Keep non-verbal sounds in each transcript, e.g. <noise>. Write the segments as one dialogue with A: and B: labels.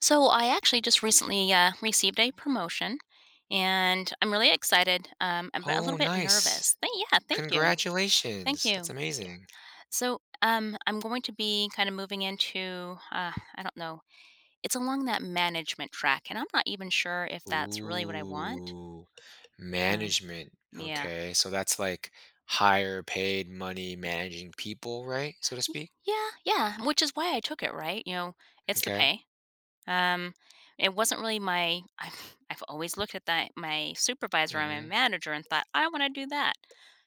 A: So I actually just recently received a promotion, and I'm really excited, but a little
B: Oh,
A: bit
B: nice.
A: nervous. Yeah, thank you, thank
B: Congratulations. That's
A: you, thank you.
B: amazing.
A: So I'm going to be kind of moving into, I don't know, it's along that management track, and I'm not even sure if that's really what I want.
B: Ooh,
A: Um,
B: management.
A: yeah,
B: Okay. So that's like higher paid money managing people, right? So to
A: Y-
B: speak.
A: yeah. Which is why I took it, right? It's the
B: Okay.
A: pay. Um, it wasn't really my. <laughs> I've always looked at that my supervisor
B: Hmm.
A: and my manager and thought I want to do that.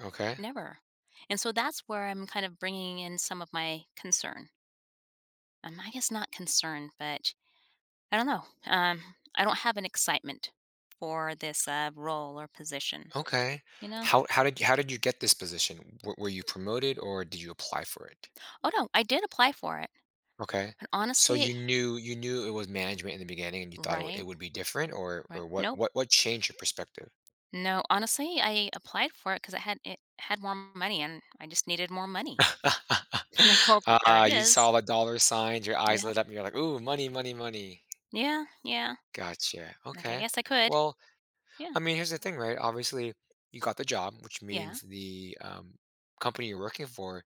B: Okay.
A: Never. And so that's where I'm kind of bringing in some of my concern. I guess not concern, but I don't know. I don't have an excitement for this role or position,
B: Okay.
A: you know?
B: How did you get this position? Were you promoted or did you apply for it?
A: Oh, no, I did apply for it.
B: Okay.
A: But
B: So
A: honestly,
B: you knew it was management in the beginning and you thought it, w-
A: right,
B: it would be different? Or
A: right.
B: or what
A: Nope.
B: what what changed your perspective?
A: No, honestly, I applied for it because it had more money and I just needed more money.
B: <laughs>
A: <laughs> Like, well, there
B: Ah,
A: it
B: you
A: is.
B: saw the dollar signs, your eyes
A: Yeah.
B: lit up, and you're like, "Ooh, money, money, money."
A: Yeah. Yeah.
B: Gotcha.
A: Like I
B: Okay.
A: guess I could.
B: Well,
A: Yeah.
B: I mean, here's the thing, right? Obviously, you got the job, which
A: Yeah.
B: means the company you're working for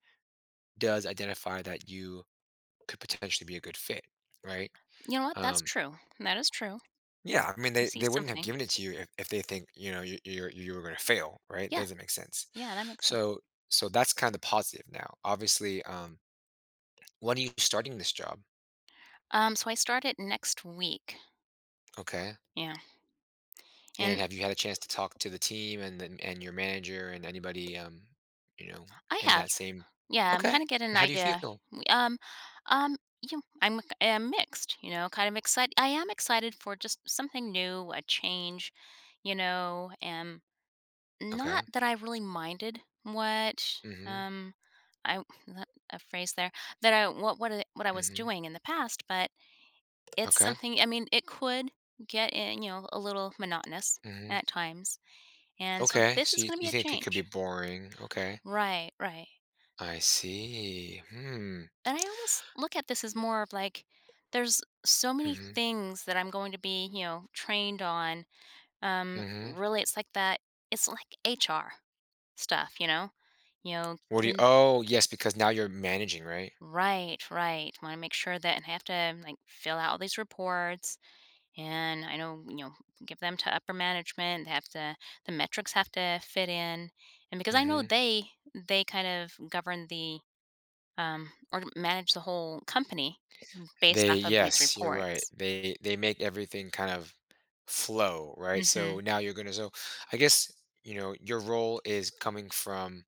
B: does identify that you could potentially be a good fit, right?
A: You know what? That's
B: Um,
A: true. That is true.
B: yeah, I mean,
A: I
B: they,
A: see
B: they wouldn't have
A: something.
B: given it to you if they think, you, you were going to fail, right?
A: Yeah,
B: Doesn't make sense.
A: yeah, that makes sense.
B: So, so that's kind of positive now. Obviously, when are you starting this job?
A: So I start it next week.
B: Okay.
A: Yeah,
B: And
A: and
B: have you had a chance to talk to the team and then and your manager and anybody, you know,
A: I
B: in
A: have.
B: that same—
A: Yeah, I'm
B: Okay.
A: kind of getting an
B: How do you
A: idea.
B: feel?
A: We- Um, um, you know, I'm mixed. You know, kind of excited. I am excited for just something new, a change. You know, and not
B: Okay.
A: that I really minded what
B: Mhm.
A: I that- a phrase there that I what I was
B: Mhm.
A: doing in the past, but it's
B: Okay.
A: something. I mean, it could get in. You know, a little monotonous
B: Mhm.
A: at times. And so
B: Okay.
A: this
B: So
A: is
B: you,
A: going to
B: you
A: be a
B: think it could be
A: change.
B: boring. Okay.
A: Right, right.
B: I see. Hmm.
A: And I almost look at this as more of like there's so many
B: Mhm.
A: things that I'm going to be, you know, trained on.
B: Mhm.
A: Really it's like that it's like HR stuff, you know. You know,
B: What do you—
A: keeping
B: Oh, yes, because now you're managing, right?
A: right, right. Want to make sure that and I have to like fill out all these reports and I know, you know, give them to upper management. They have to the metrics have to fit in. And because I know
B: Mhm.
A: they kind of govern the or manage the whole company based
B: They—
A: off of these
B: yes, you're right.
A: reports.
B: They make everything kind of flow, right? So
A: Hmm.
B: now you're going to, so I guess, you know, your role is coming from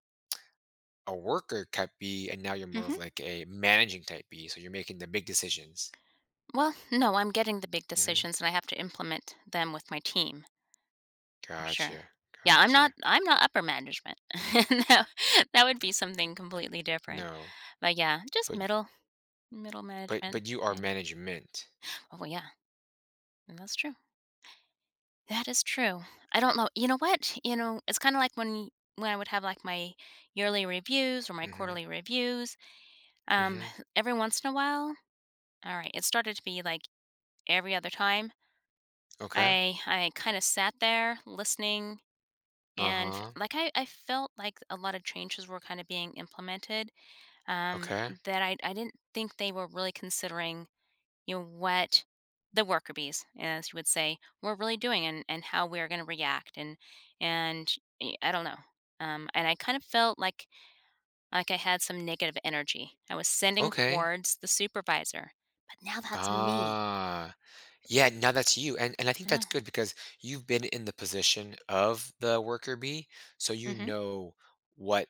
B: a worker type B, and now you're more of
A: Hmm.
B: like a managing type B, so you're making the big decisions.
A: Well, no, I'm getting the big
B: Hmm.
A: decisions and I have to implement them with my team for sure.
B: Gotcha, gotcha.
A: I'm not upper management. <laughs> that, that would be something completely different.
B: No,
A: But yeah, just
B: but
A: middle
B: but
A: management.
B: but you are
A: And,
B: management.
A: oh well, yeah, and that's true. That is true. I don't know. You know what? You know, it's kind of like when I would have like my yearly reviews or my
B: Mm-hmm.
A: quarterly reviews. Um,
B: Mm-hmm.
A: every once in a while, alright, it started to be, like, every other time.
B: Okay.
A: I kinda sat there listening and f
B: Uh-huh.
A: like, I felt like a lot of changes were kinda being implemented, um,
B: Okay.
A: that I didn't think they were really considering, you know, what the worker bees, as you would say, were really doing and how we're gonna react and I don't know. And I kind of felt like I had some negative energy I was sending
B: Okay.
A: towards the supervisor, but now that's me.
B: Ah. Yeah, now that's you. And I think
A: I know.
B: that's good because you've been in the position of the worker bee, so
A: Mhm.
B: what,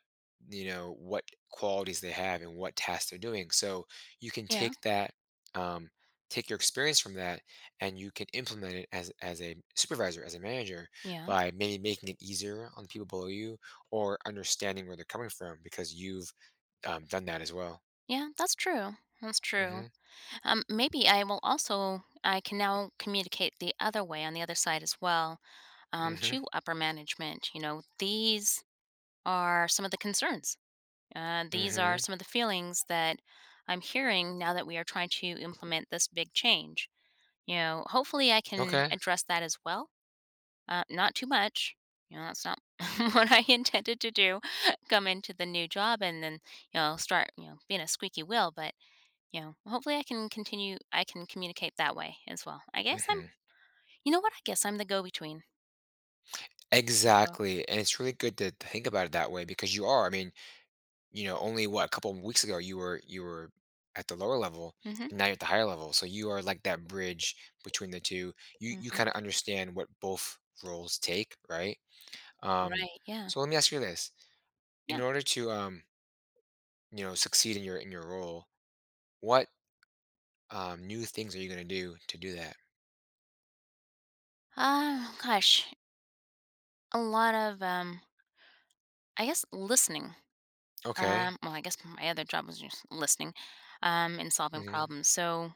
B: you know, what qualities they have and what tasks they're doing. So you can
A: Yeah.
B: take that, um, take your experience from that and you can implement it as a supervisor, as a manager,
A: Yeah.
B: by maybe making it easier on the people below you or understanding where they're coming from because you've done that as well.
A: Yeah, that's true. That's true.
B: Mm-hmm.
A: Maybe I will also I can now communicate the other way on the other side as well
B: Mm-hmm.
A: to upper management. You know, these are some of the concerns. These are
B: Mm-hmm.
A: some of the feelings that I'm hearing now that we are trying to implement this big change. You know, hopefully I can
B: Okay.
A: address that as well. Not too much. You know, that's not <laughs> what I intended to do. <laughs> Come into the new job and then you know start you know being a squeaky wheel, but yeah. Well, hopefully I can continue I can communicate that way as well. I guess I'm
B: Mm-hmm.
A: you know what? I guess I'm the go-between for both.
B: Exactly, and it's really good to think about it that way because you are. I mean, you know, only what a couple of weeks ago you were at the lower level,
A: Mhm.
B: and now you're at the higher level. So you are like that bridge between the two. You
A: Mhm.
B: kind of understand what both roles take, right? Um,
A: Right. Yeah.
B: so let me ask you this: in
A: Yeah.
B: order to you know, succeed in your role, what new things are you going to do that?
A: Gosh, a lot of, I guess listening.
B: Okay.
A: Well, I guess my other job was just listening, and solving
B: Hmm.
A: problems. So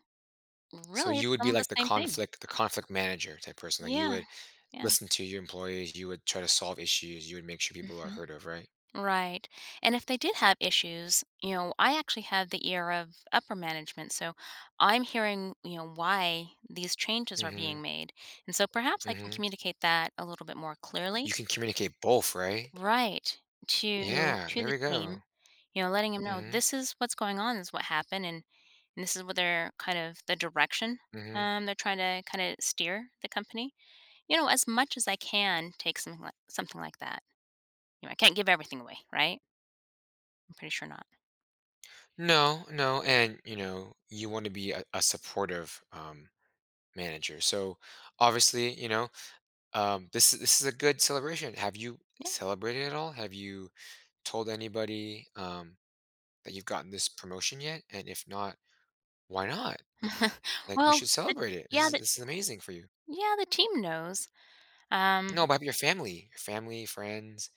B: So
A: really
B: you
A: it's
B: would
A: some
B: be
A: of the
B: like
A: same thing.
B: the conflict manager type person. Like you
A: Yeah.
B: would
A: Yeah.
B: listen to your employees, you would try to solve issues, you would make sure people are
A: Mhm.
B: heard of, right?
A: Right. And if they did have issues, you know, I actually have the ear of upper management. So I'm hearing, you know, why these changes are
B: Mhm,
A: being made. And so perhaps I can
B: mhm.
A: communicate that a little bit more clearly.
B: You can communicate both, right?
A: Right. To
B: Yeah,
A: to
B: there
A: the
B: we go.
A: team, you know, letting them know
B: Mhm,
A: this is what's going on, this is what happened and this is what they're kind of the direction
B: mhm.
A: they're trying to kind of steer the company. You know, as much as I can take something like that. You know, I can't give everything away, right? I'm pretty sure not.
B: No, no, and, you know, you wanna be a supportive, manager, so, obviously, you know, this is a good celebration. Have you celebrated at all? Have you told anybody, that you've gotten this promotion yet? And if not, why not?
A: <laughs>
B: Like, we
A: Well,
B: should
A: the
B: celebrate it.
A: yeah, the
B: This is amazing for you.
A: yeah, the team knows.
B: No,
A: Um,
B: about your family, friends,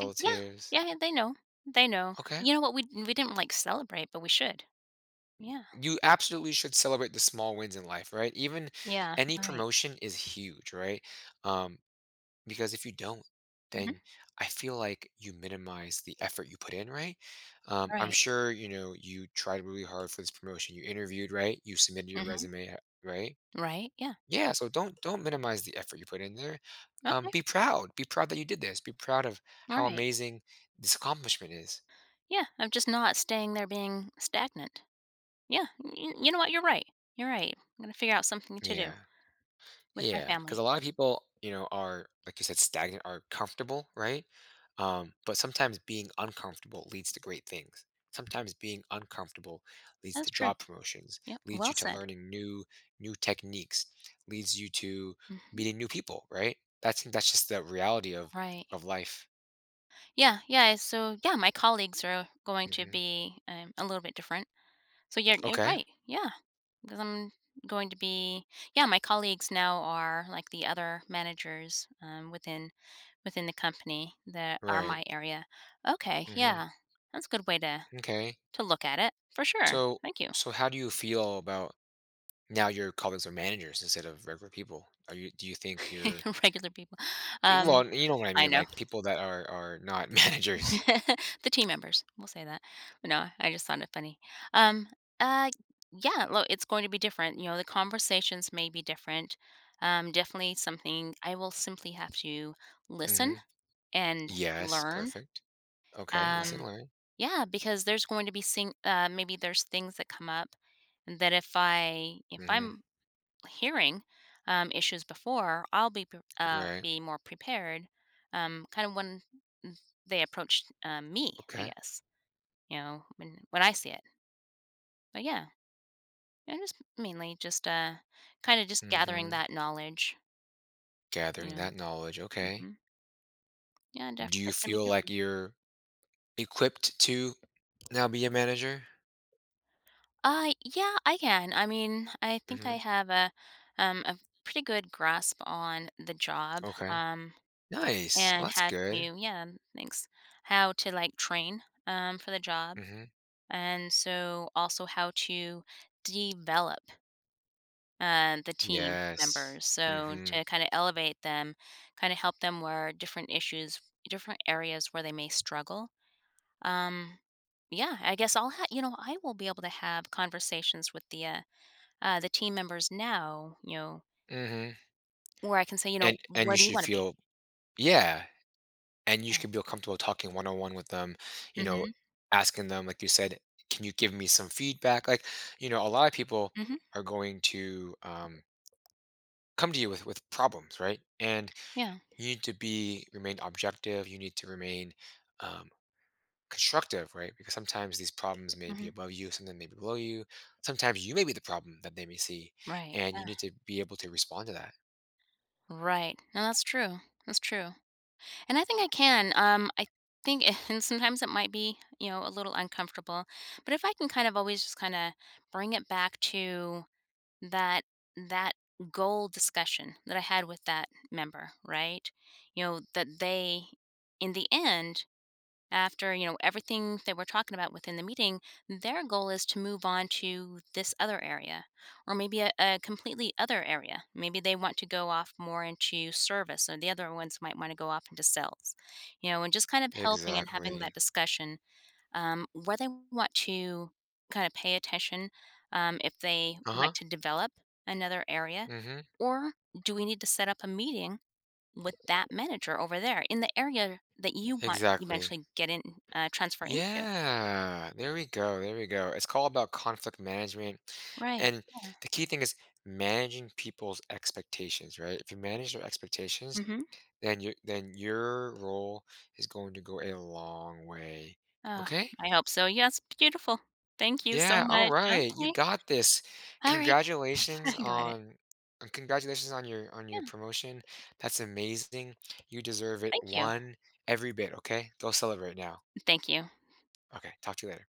A: I yeah, yeah, yeah, they know, they know.
B: Okay.
A: You know what? We didn't, like, celebrate, but we should. Yeah.
B: You absolutely should celebrate the small wins in life, right? Even
A: Yeah,
B: any
A: right.
B: promotion is huge, right? Um, because if you don't,
A: Mhm,
B: then I feel like you minimize the effort you put in, right? I'm
A: right.
B: sure, you know, you tried really hard for this promotion. You interviewed, right? You submitted your
A: Mhm,
B: resume, right?
A: right, yeah.
B: Yeah, so don't minimize the effort you put in there.
A: Okay,
B: Be proud. Be proud that you did this. Be proud of how
A: right.
B: amazing this accomplishment is.
A: Yeah, I'm just not staying there being stagnant. Yeah, y you know what? You're right, you're right. I'm gonna figure out something to do
B: Yeah.
A: with my
B: Yeah, because
A: family.
B: a lot of people, you know, are like you said, stagnant, are comfortable, right? But sometimes being uncomfortable leads to great things. Sometimes being uncomfortable leads
A: That's
B: to
A: true.
B: job promotions,
A: Yep,
B: leads
A: well
B: you to
A: said.
B: learning new new techniques, leads you to
A: Mhm,
B: meeting new people, right? That's just the reality
A: right.
B: of life.
A: Yeah, yeah, so, yeah, my colleagues are going to
B: Hmm.
A: be, a little bit different. So you're
B: Okay,
A: right. Yeah. Because I'm going to be yeah, my colleagues now are like the other managers within within the company that are
B: right.
A: my area. Okay,
B: Hmm.
A: yeah. That's a good way
B: Okay.
A: to look at it for sure.
B: So
A: Thank you.
B: so how do you feel about now your colleagues are managers instead of regular people? Are you— do you think you're—
A: <laughs> Regular people.
B: Y—
A: Um
B: well, you know what I
A: I
B: mean,
A: know.
B: like, people that are not <laughs>
A: <laughs>
B: managers.
A: The team members, we'll say that. No, I just found it funny. Um, uh, yeah, look, it's going to be different. You know, the conversations may be different. Definitely something I will simply have to listen
B: Mhm.
A: and
B: Yes,
A: learn.
B: perfect. Okay, listen,
A: Um,
B: learn.
A: yeah, because there's going to be maybe there's things that come up that if I if
B: Mhm.
A: I'm hearing issues before, I'll be
B: Right.
A: be more prepared. Kind of when they approach me, I
B: Okay.
A: guess. You know, when I see it. But yeah, you know, just mainly just kind of just gathering
B: Mhm.
A: that knowledge. You
B: Gathering
A: know,
B: that knowledge, okay.
A: hmm yeah,
B: Do you
A: it's gonna be
B: feel like
A: different.
B: you're equipped to now be a manager?
A: Yeah, I can. I mean, I think
B: Mhm.
A: I have a a pretty good grasp on the job.
B: Okay. Nice. Well,
A: And
B: that's
A: how to
B: good.
A: yeah, thanks. How to like train for the job
B: Mhm.
A: and so also how to develop the team
B: Yes.
A: members. So
B: Mhm.
A: to kind of elevate them, kind of help them where different issues, different areas where they may struggle. Um, yeah, I guess you know I will be able to have conversations with the team members now. You know
B: Mhm.
A: where I can say you know
B: And
A: where
B: you
A: do you
B: should
A: want to be.
B: feel— yeah. And you
A: Oh.
B: should feel comfortable talking one on one with them, you know,
A: Mhm.
B: asking them, like you said, can you give me some feedback? Like, you know, a lot of people
A: Mhm.
B: are going to come to you with problems, right? And
A: Yeah.
B: you need to be— remain objective. You need to remain um, constructive, right? Because sometimes these problems may be
A: Mhm.
B: above you, sometimes may be below you. Sometimes you may be the problem that they may see,
A: Right.
B: and you
A: Yeah.
B: need to be able to respond to that.
A: Right. No, that's true. That's true. And I think I can. I think, <laughs> and sometimes it might be, you know, a little uncomfortable, but if I can kind of always just kind of bring it back to that that goal discussion that I had with that member, right? You know, that they, in the end, after you know everything that we're talking about within the meeting their goal is to move on to this other area or maybe a completely other area maybe they want to go off more into service or the other ones might want to go off into sales you know and just kind of helping and having that
B: Exactly.
A: discussion where they want to kind of pay attention, if they
B: Uh
A: would
B: huh.
A: like to develop another area
B: Mm-hmm.
A: or do we need to set up a meeting with that manager over there in the area that you want to
B: Exactly.
A: eventually get in, transfer into.
B: Yeah, there we go, there we go. It's all about conflict management.
A: Right.
B: And the key thing is managing people's expectations, right? If you manage their expectations,
A: Yeah. Mhm.
B: then you— then your role is going to go a long way.
A: Oh,
B: Okay?
A: I hope so. Yes, beautiful. Thank you so
B: Yeah, all
A: much.
B: right. You
A: Okay.
B: got this.
A: All right. <laughs>
B: Congratulations
A: I got it.
B: on— congratulations on your
A: Yeah.
B: promotion. That's amazing. You deserve it—
A: Thank you.
B: one every bit, okay? Go celebrate now.
A: Thank you.
B: Okay, talk to you later.